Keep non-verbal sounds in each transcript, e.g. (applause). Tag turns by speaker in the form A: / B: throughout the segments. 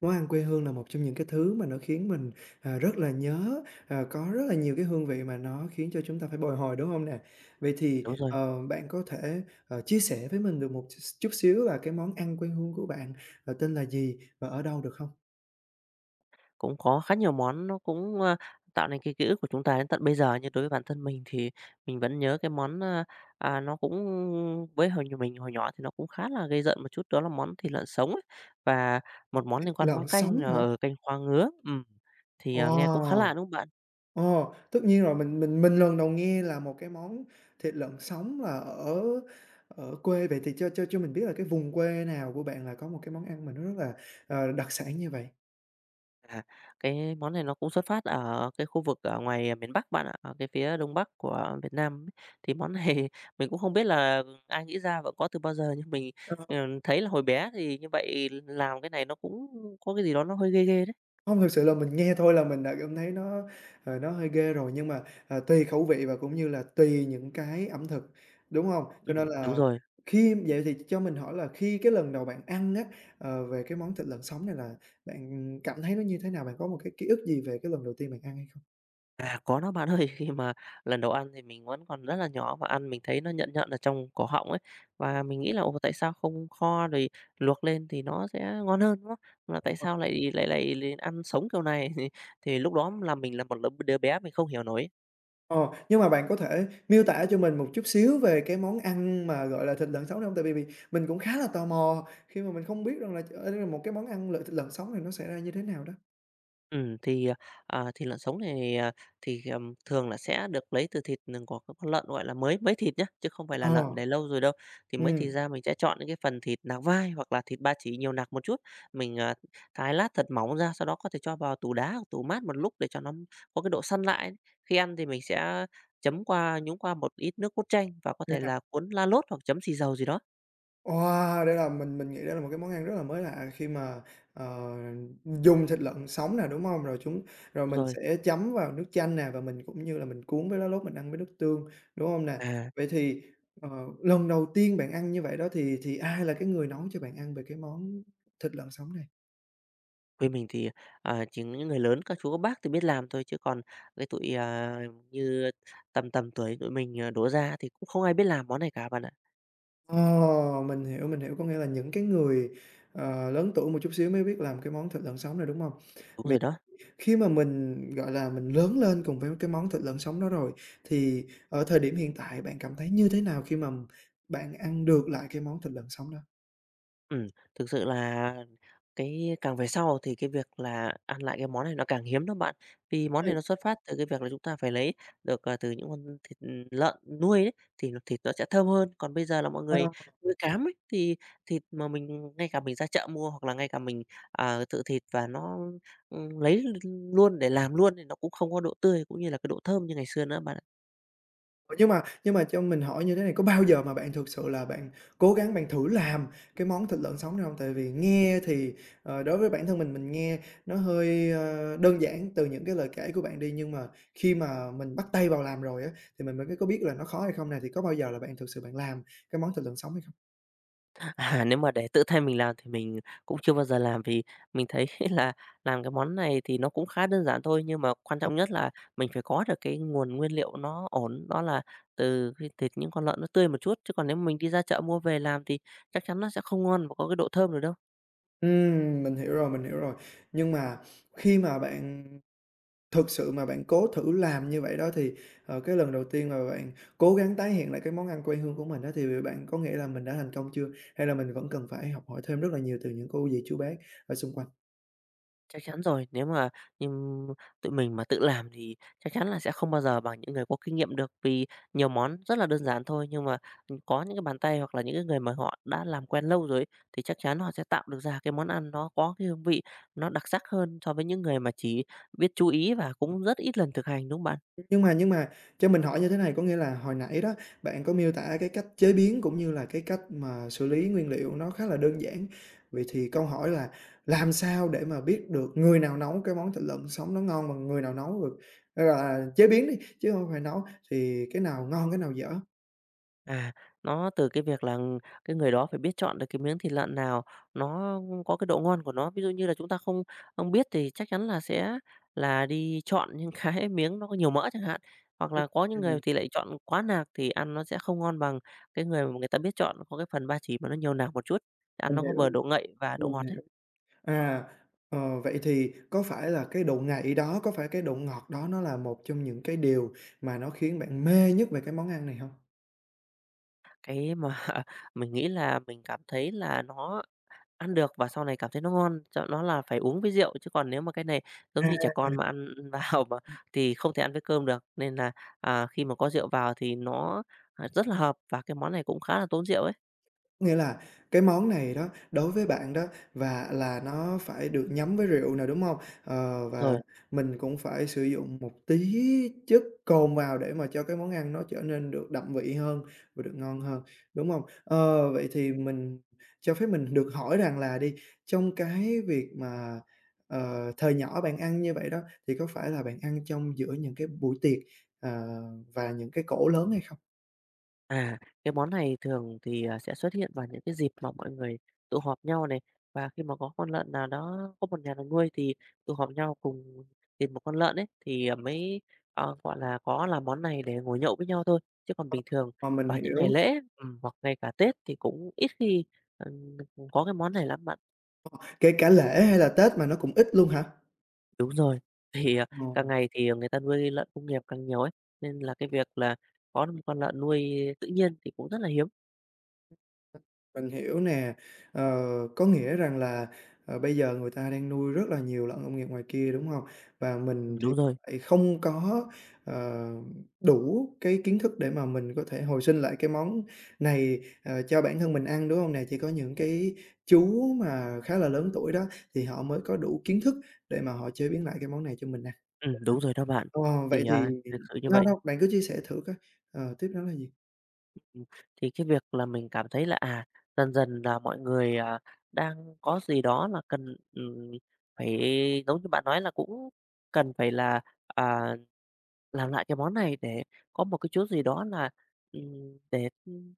A: Món ăn quê hương là một trong những cái thứ mà nó khiến mình, rất là nhớ, có rất là nhiều cái hương vị mà nó khiến cho chúng ta phải bồi hồi, đúng không nè? Vậy thì,
B: Đúng rồi,
A: bạn có thể, chia sẻ với mình được một chút xíu là cái món ăn quê hương của bạn, tên là gì và ở đâu được không?
B: cũng có khá nhiều món nó cũng, tạo nên cái ký ức của chúng ta đến tận bây giờ. Như đối với bản thân mình thì mình vẫn nhớ cái món, nó cũng với hồi nh mình hồi nhỏ thì nó cũng khá là gây giận một chút, đó là món thịt lợn sống ấy, và một món liên quan món
A: Lợn
B: canh
A: sống
B: là,
A: hả?
B: canh khoa ngứa. Nghe cũng khá
A: Wow!
B: lạ, đúng không bạn?
A: Ồ, tất nhiên rồi, mình lần đầu nghe là một cái món thịt lợn sống là ở ở quê. Vậy thì cho mình biết là cái vùng quê nào của bạn là có một cái món ăn mà nó rất là, đặc sản như vậy?
B: À, cái món này nó cũng xuất phát ở cái khu vực ở ngoài miền Bắc bạn ạ, ở cái phía Đông Bắc của Việt Nam ấy. Thì món này (laughs) mình cũng không biết là ai nghĩ ra và có từ bao giờ nhưng mình, ờ, thấy là hồi bé thì như vậy làm cái này nó cũng có cái gì đó nó hơi ghê ghê đấy.
A: Không thực sự là mình nghe thôi là mình đã cảm thấy nó, nó hơi ghê rồi, nhưng mà, tùy khẩu vị và cũng như là tùy những cái ẩm thực, đúng hông? Cho
B: Ừm,
A: nên
B: đúng
A: là
B: rồi.
A: khi vậy thì cho mình hỏi là khi cái lần đầu bạn ăn á, về cái món thịt lợn sống này là bạn cảm thấy nó như thế nào? Bạn có một cái ký ức gì về cái lần đầu tiên bạn ăn hay không?
B: À, có đó bạn ơi, (laughs) khi mà lần đầu ăn thì mình vẫn còn rất là nhỏ và ăn mình thấy nó nhợn nhợn ở trong cổ họng ấy, và mình nghĩ là "Ồ, tại sao không kho rồi luộc lên thì nó sẽ ngon hơn", đúng không? Mà tại
A: Ờ,
B: sao lại lại lại lại ăn sống kiểu này? (laughs) Thì lúc đó là mình là một đứa bé mình không hiểu nổi.
A: ờ, nhưng mà bạn có thể miêu tả cho mình một chút xíu về cái món ăn mà, gọi là, thịt lợn sống này hông? Tại vì vì mình cũng khá là tò mò khi mà mình không biết rằng là, trời ơi, đây là một cái món ăn thịt lợn sống này nó sẽ ra như thế nào đó.
B: Ừ thì, ờ, thịt lợn sống này à, thì, thường là sẽ được lấy từ thịt, của các con lợn, gọi là, mới mới thịt nhá, chứ không phải là lợn
A: Ờ.
B: để lâu rồi đâu. Thì mới thịt
A: Ừm,
B: ra mình sẽ chọn những cái phần thịt nạc vai hoặc là thịt ba chỉ nhiều nạc một chút, mình, thái lát thật mỏng ra, sau đó có thể cho vào tủ đá hoặc tủ mát một lúc để cho nó có cái độ săn lại. Khi ăn thì mình sẽ chấm qua nhúng qua một ít nước cốt chanh và có thể
A: yeah.
B: là cuốn la lốt hoặc chấm xì dầu gì đó.
A: Wow! Đây là mình nghĩ đây là một cái món ăn rất là mới lạ khi mà, ờ, dùng thịt lợn sống nè, đúng hông? Rồi
B: Đúng
A: mình
B: rồi.
A: sẽ chấm vào nước chanh nè, và mình cũng như là mình cuốn với lá lốt mình ăn với nước tương, đúng hông nè?
B: À.
A: Vậy thì, ờ, lần đầu tiên bạn ăn như vậy đó thì ai là cái người nấu cho bạn ăn về cái món thịt lợn sống này?
B: Quê mình thì, chỉ những người lớn, các chú các bác thì biết làm thôi, chứ còn cái tụi, như tầm tầm tuổi tụi mình, đổ ra thì cũng không ai biết làm món này cả bạn ạ.
A: Ờ, mình hiểu, mình hiểu, có nghĩa là những cái người, lớn tuổi một chút xíu mới biết làm cái món thịt lợn sống này, đúng hông?
B: Đúng
A: Vậy,
B: rồi đó.
A: khi mà mình, gọi là, mình lớn lên cùng với cái món thịt lợn sống đó rồi, thì ở thời điểm hiện tại bạn cảm thấy như thế nào khi mà bạn ăn được lại cái món thịt lợn sống đó?
B: Ừ, thực sự là cái càng về sau thì cái việc là ăn lại cái món này nó càng hiếm đó bạn. Vì món
A: Ừm.
B: này nó xuất phát từ cái việc là chúng ta phải lấy được, từ những con thịt, lợn nuôi ấy, thì nó thịt nó sẽ thơm hơn. Còn bây giờ là mọi
A: Ờ,
B: người nuôi cám ấy, thì thịt mà mình ngay cả mình ra chợ mua hoặc là ngay cả mình, tự thịt và nó, lấy luôn để làm luôn thì nó cũng không có độ tươi cũng như là cái độ thơm như ngày xưa nữa bạn.
A: nhưng mà cho mình hỏi như thế này, có bao giờ mà bạn thực sự là bạn cố gắng bạn thử làm cái món thịt lợn sống này hông? Tại vì nghe thì, đối với bản thân mình nghe nó hơi, đơn giản từ những cái lời kể của bạn đi, nhưng mà khi mà mình bắt tay vào làm rồi á, thì mình mới có biết là nó khó hay không nè, thì có bao giờ là bạn thực sự bạn làm cái món thịt lợn sống hay không?
B: À, nếu mà để tự tay mình làm thì mình cũng chưa bao giờ làm, vì mình thấy (laughs) là làm cái món này thì nó cũng khá đơn giản thôi, nhưng mà quan trọng nhất là mình phải có được cái nguồn nguyên liệu nó ổn, đó là từ cái thịt những con lợn nó tươi một chút, chứ còn nếu mà mình đi ra chợ mua về làm thì chắc chắn nó sẽ không ngon và có cái độ thơm được đâu.
A: Mình hiểu rồi, mình hiểu rồi. Nhưng mà khi mà bạn thực sự mà bạn cố thử làm như vậy đó thì, cái lần đầu tiên mà bạn cố gắng tái hiện lại cái món ăn quê hương của mình đó thì bạn có nghĩa là mình đã thành công chưa? Hay là mình vẫn cần phải học hỏi thêm rất là nhiều từ những cô dì, chú bác ở xung quanh?
B: Chắc chắn rồi, nếu mà, ừm, tụi mình mà tự làm thì chắc chắn là sẽ không bao giờ bằng những người có kinh nghiệm được, vì nhiều món rất là đơn giản thôi, nhưng mà, có những cái bàn tay hoặc là những cái người mà họ đã làm quen lâu rồi ấy, thì chắc chắn họ sẽ tạo được ra cái món ăn nó có cái hương vị nó đặc sắc hơn so với những người mà chỉ biết chú ý và cũng rất ít lần thực hành, đúng không bạn?
A: Nhưng mà cho mình hỏi như thế này, có nghĩa là hồi nãy đó bạn có miêu tả cái cách chế biến cũng như là cái cách mà xử lý nguyên liệu nó khá là đơn giản. Vậy thì câu hỏi là làm sao để mà biết được người nào nấu cái món thịt lợn sống nó ngon bằng người nào nấu được, hay là chế biến đi, chứ không phải nấu, thì cái nào ngon, cái nào dở?
B: À, nó từ cái việc là cái người đó phải biết chọn được cái miếng thịt lợn nào nó có cái độ ngon của nó. Ví dụ như là chúng ta không không biết thì chắc chắn là sẽ là đi chọn những cái (laughs) miếng nó có nhiều mỡ chẳng hạn, hoặc
A: Ừm,
B: là có những người
A: ừm.
B: thì lại chọn quá nạc thì ăn nó sẽ không ngon bằng cái người mà người ta biết chọn có cái phần ba chỉ mà nó nhiều nạc một chút, ăn
A: Mình
B: nó có
A: hiểu,
B: vừa độ ngậy và độ
A: mình
B: ngọt đấy.
A: hiểu. À, Vậy thì có phải là cái độ ngậy đó, có phải cái độ ngọt đó nó là một trong những cái điều mà nó khiến bạn mê nhất về cái món ăn này không?
B: Cái mà (laughs) mình nghĩ là mình cảm thấy là nó ăn được và sau này cảm thấy nó ngon, cho nó là phải uống với rượu, chứ còn nếu mà cái này giống như trẻ con mà ăn (laughs) vào mà thì không thể ăn với cơm được. Nên là, khi mà có rượu vào thì nó, rất là hợp và cái món này cũng khá là tốn rượu ấy.
A: Nghĩa là cái món này đó, đối với bạn đó và là nó phải được nhắm với rượu nè, đúng hông? Và
B: Rồi.
A: mình cũng phải sử dụng một tí chất cồn vào để mà cho cái món ăn nó trở nên được đậm vị hơn và được ngon hơn, đúng hông? Ờ, Vậy thì mình cho phép mình được hỏi rằng là đi, trong cái việc mà, thời nhỏ bạn ăn như vậy đó, thì có phải là bạn ăn trong giữa những cái buổi tiệc, ờ, và những cái cỗ lớn hay không?
B: À, cái món này thường thì, sẽ xuất hiện vào những cái dịp mà mọi người tụ họp nhau này, và khi mà có con lợn nào đó có một nhà nào nuôi thì tụ họp nhau cùng tìm một con lợn ấy, thì, gọi là, có làm món này để ngồi nhậu với nhau thôi. Chứ còn bình thường
A: Mà mình
B: vào những ngày
A: hiểu.
B: lễ, hoặc ngay cả Tết thì cũng ít khi, ừm, có cái món này lắm bạn.
A: Kể cả lễ hay là Tết mà nó cũng ít luôn hả?
B: Đúng rồi, thì,
A: Ờ,
B: càng ngày thì người ta nuôi lợn công nghiệp càng nhiều ấy, nên là cái việc là có một con lợn nuôi tự nhiên thì cũng rất là hiếm.
A: mình hiểu nè. Ờ, có nghĩa rằng là, bây giờ người ta đang nuôi rất là nhiều lợn công nghiệp ngoài kia, đúng hông? Và mình thì
B: Đúng rồi.
A: lại không có, ờ, đủ cái kiến thức để mà mình có thể hồi sinh lại cái món này, cho bản thân mình ăn, đúng hông nè? Chỉ có những cái chú mà khá là lớn tuổi đó, thì họ mới có đủ kiến thức để mà họ chế biến lại cái món này cho mình ăn.
B: Đúng rồi đó bạn.
A: Ờ, Vậy
B: Thì,
A: thì
B: thực sự như
A: đâu,
B: vậy,
A: đâu, bạn cứ chia sẻ thử coi, tiếp đó là gì?
B: ừm, thì cái việc là mình cảm thấy là, dần dần là mọi người, đang có gì đó là cần, phải giống như bạn nói là cũng cần phải là, à, làm lại cái món này để có một cái chút gì đó là, để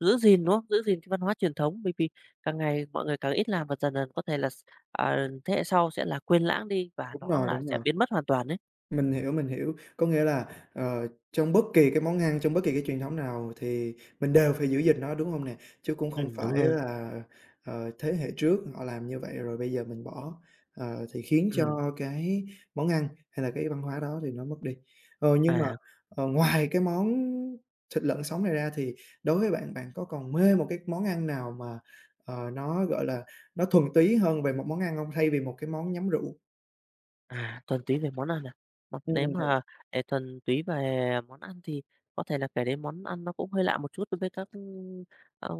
B: giữ gìn, đúng không? Giữ gìn cái văn hóa truyền thống, bởi vì càng ngày mọi người càng ít làm và dần dần có thể là thế hệ sau sẽ là quên lãng đi và
A: Đúng
B: nó
A: rồi,
B: là
A: đúng
B: sẽ
A: rồi.
B: biến mất hoàn toàn đấy.
A: Mình hiểu, mình hiểu. Có nghĩa là, trong bất kỳ cái món ăn, trong bất kỳ cái truyền thống nào thì mình đều phải giữ gìn nó, đúng hông nè? Chứ cũng không
B: Đúng
A: phải
B: rồi.
A: là, thế hệ trước họ làm như vậy rồi bây giờ mình bỏ, thì khiến
B: Ừm,
A: cho cái món ăn hay là cái văn hóa đó thì nó mất đi. Nhưng mà,
B: à.
A: ngoài cái món thịt lợn sống này ra thì đối với bạn, bạn có còn mê một cái món ăn nào mà, nó, gọi là, nó thuần túy hơn về một món ăn hông? Thay vì một cái món nhắm rượu?
B: À, thuần túy về món ăn à? Mà nếu
A: Ừm.
B: mà, thuần túy về món ăn thì có thể là kể đến món ăn nó cũng hơi lạ một chút đối với các, ờ,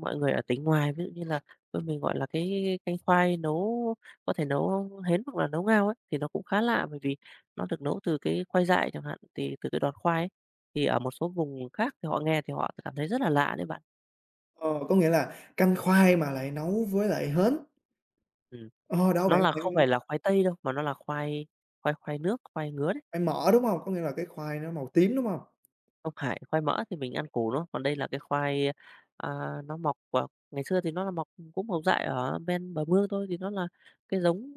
B: mọi người ở tỉnh ngoài. Ví dụ như là bên mình gọi là cái canh khoai nấu có thể nấu hến hoặc là nấu ngao ấy, thì nó cũng khá lạ bởi vì nó được nấu từ cái khoai dại chẳng hạn, thì từ cái đọt khoai ấy. Thì ở một số vùng khác thì họ nghe thì họ cảm thấy rất là lạ đấy bạn.
A: Ờ, có nghĩa là canh khoai mà lại nấu với lại hến.
B: Ừm,
A: Ờ, Đâu
B: nó
A: bạn
B: là không
A: bạn
B: phải là khoai tây đâu, mà nó là khoai khoai khoai nước, khoai ngứa đấy.
A: bạn mỡ, đúng hông? Có nghĩa là cái khoai nó màu tím, đúng hông?
B: Không phải, khoai mỡ thì mình ăn củ, đúng. Còn đây là cái khoai, à, nó mọc, ngày xưa thì nó là mọc cũng mọc dại ở bên bờ mương thôi, thì nó là cái giống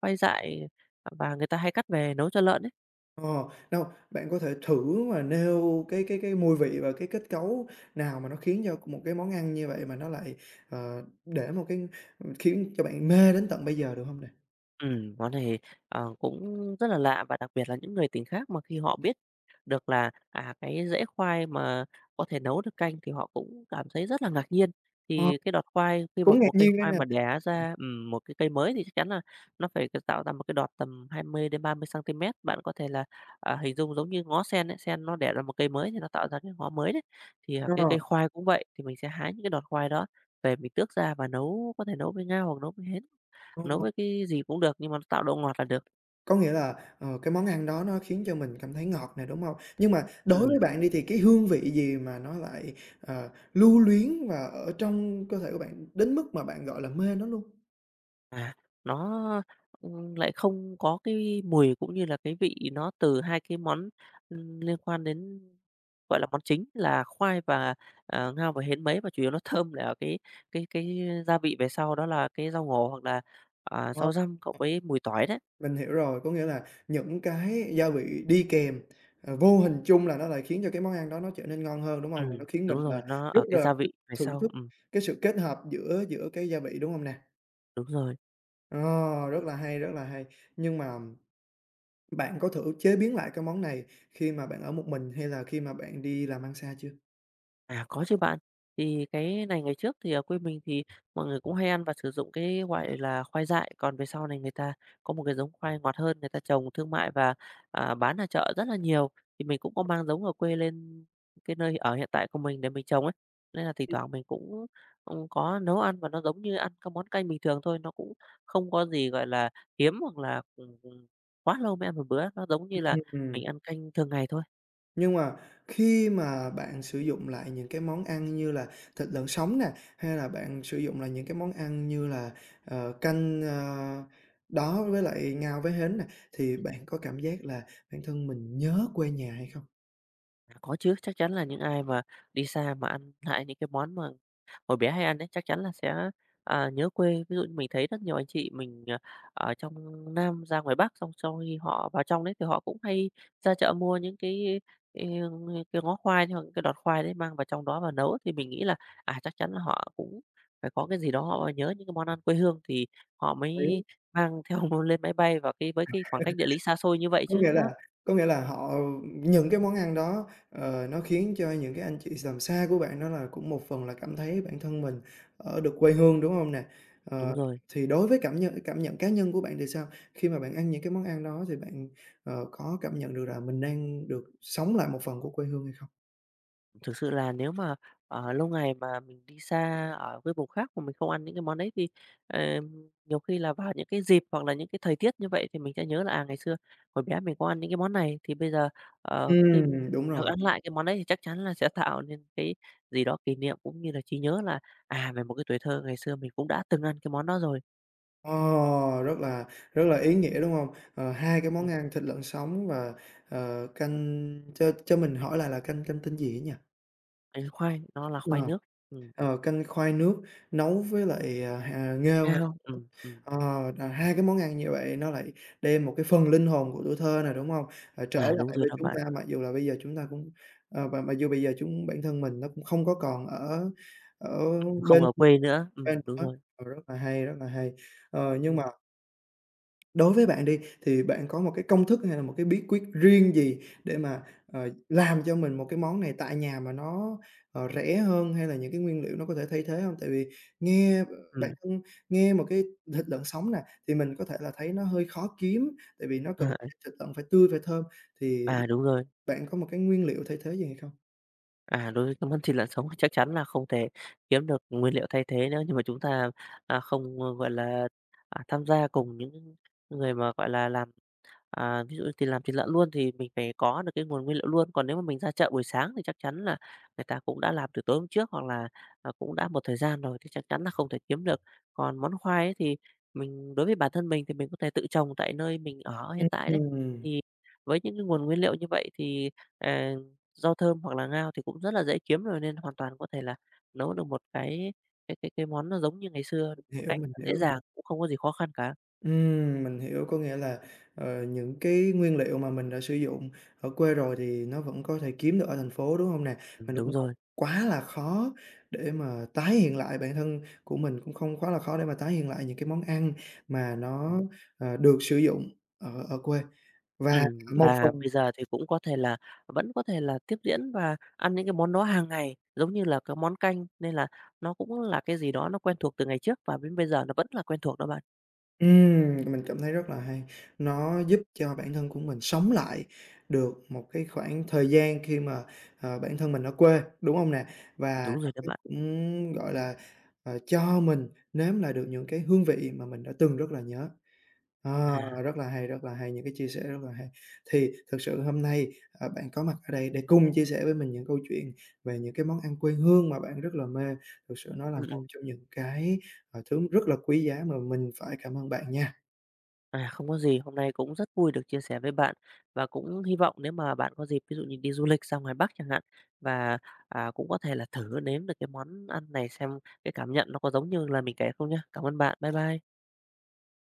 B: khoai dại, và người ta hay cắt về nấu cho lợn ấy.
A: Ờ, Đâu, bạn có thể thử mà nêu cái mùi vị và cái kết cấu nào mà nó khiến cho một cái món ăn như vậy mà nó lại, để một cái, khiến cho bạn mê đến tận bây giờ được hông nè?
B: Ừ, món này, cũng rất là lạ và đặc biệt là những người tỉnh khác mà khi họ biết được là, cái rễ khoai mà có thể nấu được canh thì họ cũng cảm thấy rất là ngạc nhiên.
A: Ờ,
B: Thì cái đọt khoai khi mà
A: Cũng
B: một
A: ngạc
B: cây
A: nhiên đây
B: khoai
A: nè.
B: mà đẻ ra, một cái cây mới thì chắc chắn là nó phải tạo ra một cái đọt tầm 20-30 centimet. Bạn có thể là, hình dung giống như ngó sen ấy, sen nó đẻ ra một cây mới thì nó tạo ra cái ngó mới đấy. Thì, cái cây
A: Ờ,
B: khoai cũng vậy, thì mình sẽ hái những cái đọt khoai đó về mình tước ra và nấu có thể nấu với ngao hoặc nấu với hến.
A: ờ.
B: Nấu với cái gì cũng được nhưng mà nó tạo độ ngọt là được.
A: Có nghĩa là, cái món ăn đó nó khiến cho mình cảm thấy ngọt nè, đúng hông? Nhưng mà đối với
B: Ừm,
A: bạn đi thì cái hương vị gì mà nó lại, lưu luyến và ở trong cơ thể của bạn đến mức mà bạn, gọi là, mê nó luôn?
B: à, nó, lại không có cái mùi cũng như là cái vị nó từ hai cái món, liên quan đến, gọi là, món chính là khoai và, ngao và hến mấy, mà chủ yếu nó (laughs) thơm là ở cái gia vị về sau đó là cái rau ngổ hoặc là,
A: Ờ,
B: rau răm cộng với mùi tỏi đấy.
A: mình hiểu rồi, có nghĩa là những cái gia vị đi kèm, vô hình chung là nó lại khiến cho cái món ăn đó nó trở nên ngon hơn, đúng hông? Và nó khiến mình
B: Đúng
A: là
B: rồi, nó
A: rất
B: ở cái
A: là
B: gia
A: thích
B: vị về
A: thưởng
B: sau.
A: thức cái sự kết hợp giữa giữa cái gia vị, đúng hông nè?
B: Đúng rồi.
A: Ờ, Rất là hay, rất là hay. Nhưng mà bạn có thử chế biến lại cái món này khi mà bạn ở một mình hay là khi mà bạn đi làm ăn xa chưa?
B: À, có chứ bạn. Thì cái này ngày trước thì ở quê mình thì mọi người cũng hay ăn và sử dụng khoai dại, còn về sau này người ta có một cái giống khoai ngọt hơn, người ta trồng thương mại bán ở chợ rất là nhiều. Thì mình cũng có mang giống ở quê lên cái nơi ở hiện tại của mình để mình trồng ấy, nên là thỉnh thoảng mình cũng có nấu ăn và nó giống như ăn các món canh bình thường thôi, nó cũng không có gì hiếm hoặc là quá lâu mới ăn một bữa, nó giống như là
A: Ừm,
B: mình ăn canh thường ngày thôi. Ừ.
A: nhưng mà khi mà bạn sử dụng lại những cái món ăn như là thịt lợn sống nè, hay là bạn sử dụng là những cái món ăn như là, canh, đó với lại ngao với hến nè, thì bạn có cảm giác là bản thân mình nhớ quê nhà hay không?
B: À, có chứ, chắc chắn là những ai mà đi xa mà ăn lại những cái món mà hồi bé hay ăn ấy, chắc chắn là sẽ nhớ quê. Ví dụ như mình thấy rất nhiều anh chị mình ở trong Nam ra ngoài Bắc, xong sau khi họ vào trong đấy thì họ cũng hay ra chợ mua những cái, ờ, cái ngó khoai hoặc cái đọt khoai đấy mang vào trong đó và nấu. Thì mình nghĩ là chắc chắn là họ cũng phải có cái gì đó họ nhớ những cái món ăn quê hương thì họ mới mang (laughs) theo lên máy bay và cái với cái khoảng cách địa lý xa xôi như vậy
A: Có
B: chứ,
A: nghĩa
B: đúng không?
A: là có nghĩa là họ những cái món ăn đó, nó khiến cho những cái anh chị làm xa của bạn đó là cũng một phần là cảm thấy bản thân mình ở được quê hương, đúng hông nè?
B: Đúng
A: Ờ,
B: rồi.
A: thì đối với cảm nhận cá nhân của bạn thì sao? Khi mà bạn ăn những cái món ăn đó thì bạn, có cảm nhận được là mình đang được sống lại một phần của quê hương hay không?
B: Thực sự là nếu mà lâu ngày mà mình đi xa ở cái vùng khác mà mình không ăn những cái món đấy thì nhiều khi là vào những cái dịp hoặc là những cái thời tiết như vậy thì mình sẽ nhớ là ngày xưa hồi bé mình có ăn những cái món này, thì bây giờ khi
A: Đúng
B: được
A: rồi.
B: ăn lại cái món đấy thì chắc chắn là sẽ tạo nên cái gì đó kỷ niệm, cũng như là trí nhớ là về một cái tuổi thơ ngày xưa mình cũng đã từng ăn cái món đó rồi.
A: Ờ, Rất là rất là ý nghĩa, đúng hông? Hai cái món
B: Ừm,
A: ăn thịt lợn sống và, cho mình hỏi lại là canh canh tên gì ấy nhỉ?
B: bánh khoai, nó là
A: Ờ.
B: khoai nước, ừm,
A: Canh khoai nước nấu với lại, hà nghêu
B: nghe
A: ha.
B: không?
A: Ờ, là hai cái món ăn như vậy nó lại đem một cái phần linh hồn của tuổi thơ này đúng hông? Trở
B: Đúng
A: lại
B: rồi
A: với
B: đó
A: chúng
B: bạn,
A: ta mặc dù là bây giờ chúng ta cũng, và mặc dù bây giờ bản thân mình nó cũng không có còn ở ở
B: không
A: bên
B: ở quê nữa,
A: bên
B: đúng
A: nữa.
B: rồi,
A: Rất là hay, rất là hay. Nhưng mà
B: ừm,
A: đối với bạn đi, thì bạn có một cái công thức hay là một cái bí quyết riêng gì để mà, làm cho mình một cái món này tại nhà mà nó, rẻ hơn hay là những cái nguyên liệu nó có thể thay thế không? Tại vì nghe, bản
B: ừm,
A: thân nghe một cái thịt lợn sống nè, thì mình có thể là thấy nó hơi khó kiếm, tại vì nó cần
B: (laughs)
A: thịt lợn phải tươi, phải thơm, thì
B: đúng rồi.
A: bạn có một cái nguyên liệu thay thế gì hay không?
B: À, đối với cái món thịt lợn sống thì chắc chắn là không thể kiếm được nguyên liệu thay thế nữa, nhưng mà chúng ta, à, không, ờ, gọi là, à, tham gia cùng những người làm. À, ví dụ như tiền làm thịt lợn luôn thì mình phải có được cái nguồn nguyên liệu luôn, còn nếu mà mình ra chợ buổi sáng thì chắc chắn là người ta cũng đã làm từ tối hôm trước hoặc là cũng đã một thời gian rồi thì chắc chắn là không thể kiếm được. Còn món khoai ấy thì mình đối với bản thân mình thì mình có thể tự trồng tại nơi mình ở hiện tại đấy.
A: Mình
B: Thì với những cái nguồn nguyên liệu như vậy thì, à, rau thơm hoặc là ngao thì cũng rất là dễ kiếm rồi nên hoàn toàn có thể là nấu được một cái món nó giống như ngày xưa một
A: hiểu,
B: cách
A: mình
B: dễ
A: hiểu.
B: dàng, cũng không có gì khó khăn cả.
A: Mình hiểu, có nghĩa là, những cái nguyên liệu mà mình đã sử dụng ở quê rồi thì nó vẫn có thể kiếm được ở thành phố, đúng không nè? Và nó
B: Đúng
A: cũng không
B: rồi,
A: quá là khó để mà tái hiện lại bản thân của mình cũng không quá là khó để mà tái hiện lại những cái món ăn mà nó,
B: ừm.
A: được sử dụng ở ở quê. Và một
B: Và
A: phần.
B: bây giờ thì cũng có thể là tiếp diễn và ăn những cái món đó hàng ngày, giống như là cái món canh, nên là nó cũng là cái gì đó nó quen thuộc từ ngày trước và đến bây giờ nó vẫn là quen thuộc đó bạn.
A: Mình cảm thấy rất là hay. Nó giúp cho bản thân của mình sống lại được một cái khoảng thời gian khi mà, bản thân mình ở quê, đúng hông nè? Và
B: Đúng
A: nó
B: rồi đó
A: cái
B: bạn.
A: cũng, gọi là, cho mình nếm lại được những cái hương vị mà mình đã từng rất là nhớ. Ờ,
B: À,
A: Rất là hay, rất là hay, những cái chia sẻ rất là hay. Thì thực sự hôm nay, bạn có mặt ở đây để cùng chia sẻ với mình những câu chuyện về những cái món ăn quê hương mà bạn rất là mê, thực sự nó là
B: ừm,
A: một
B: ừm,
A: trong những cái, thứ rất là quý giá mà mình phải cảm ơn bạn nha.
B: không có gì, hôm nay cũng rất vui được chia sẻ với bạn và cũng hy vọng nếu mà bạn có dịp, ví dụ như đi du lịch sang ngoài Bắc chẳng hạn và, cũng có thể là thử nếm được cái món ăn này xem cái cảm nhận nó có giống như là mình kể không nhá. Cảm ơn bạn. Bye bye.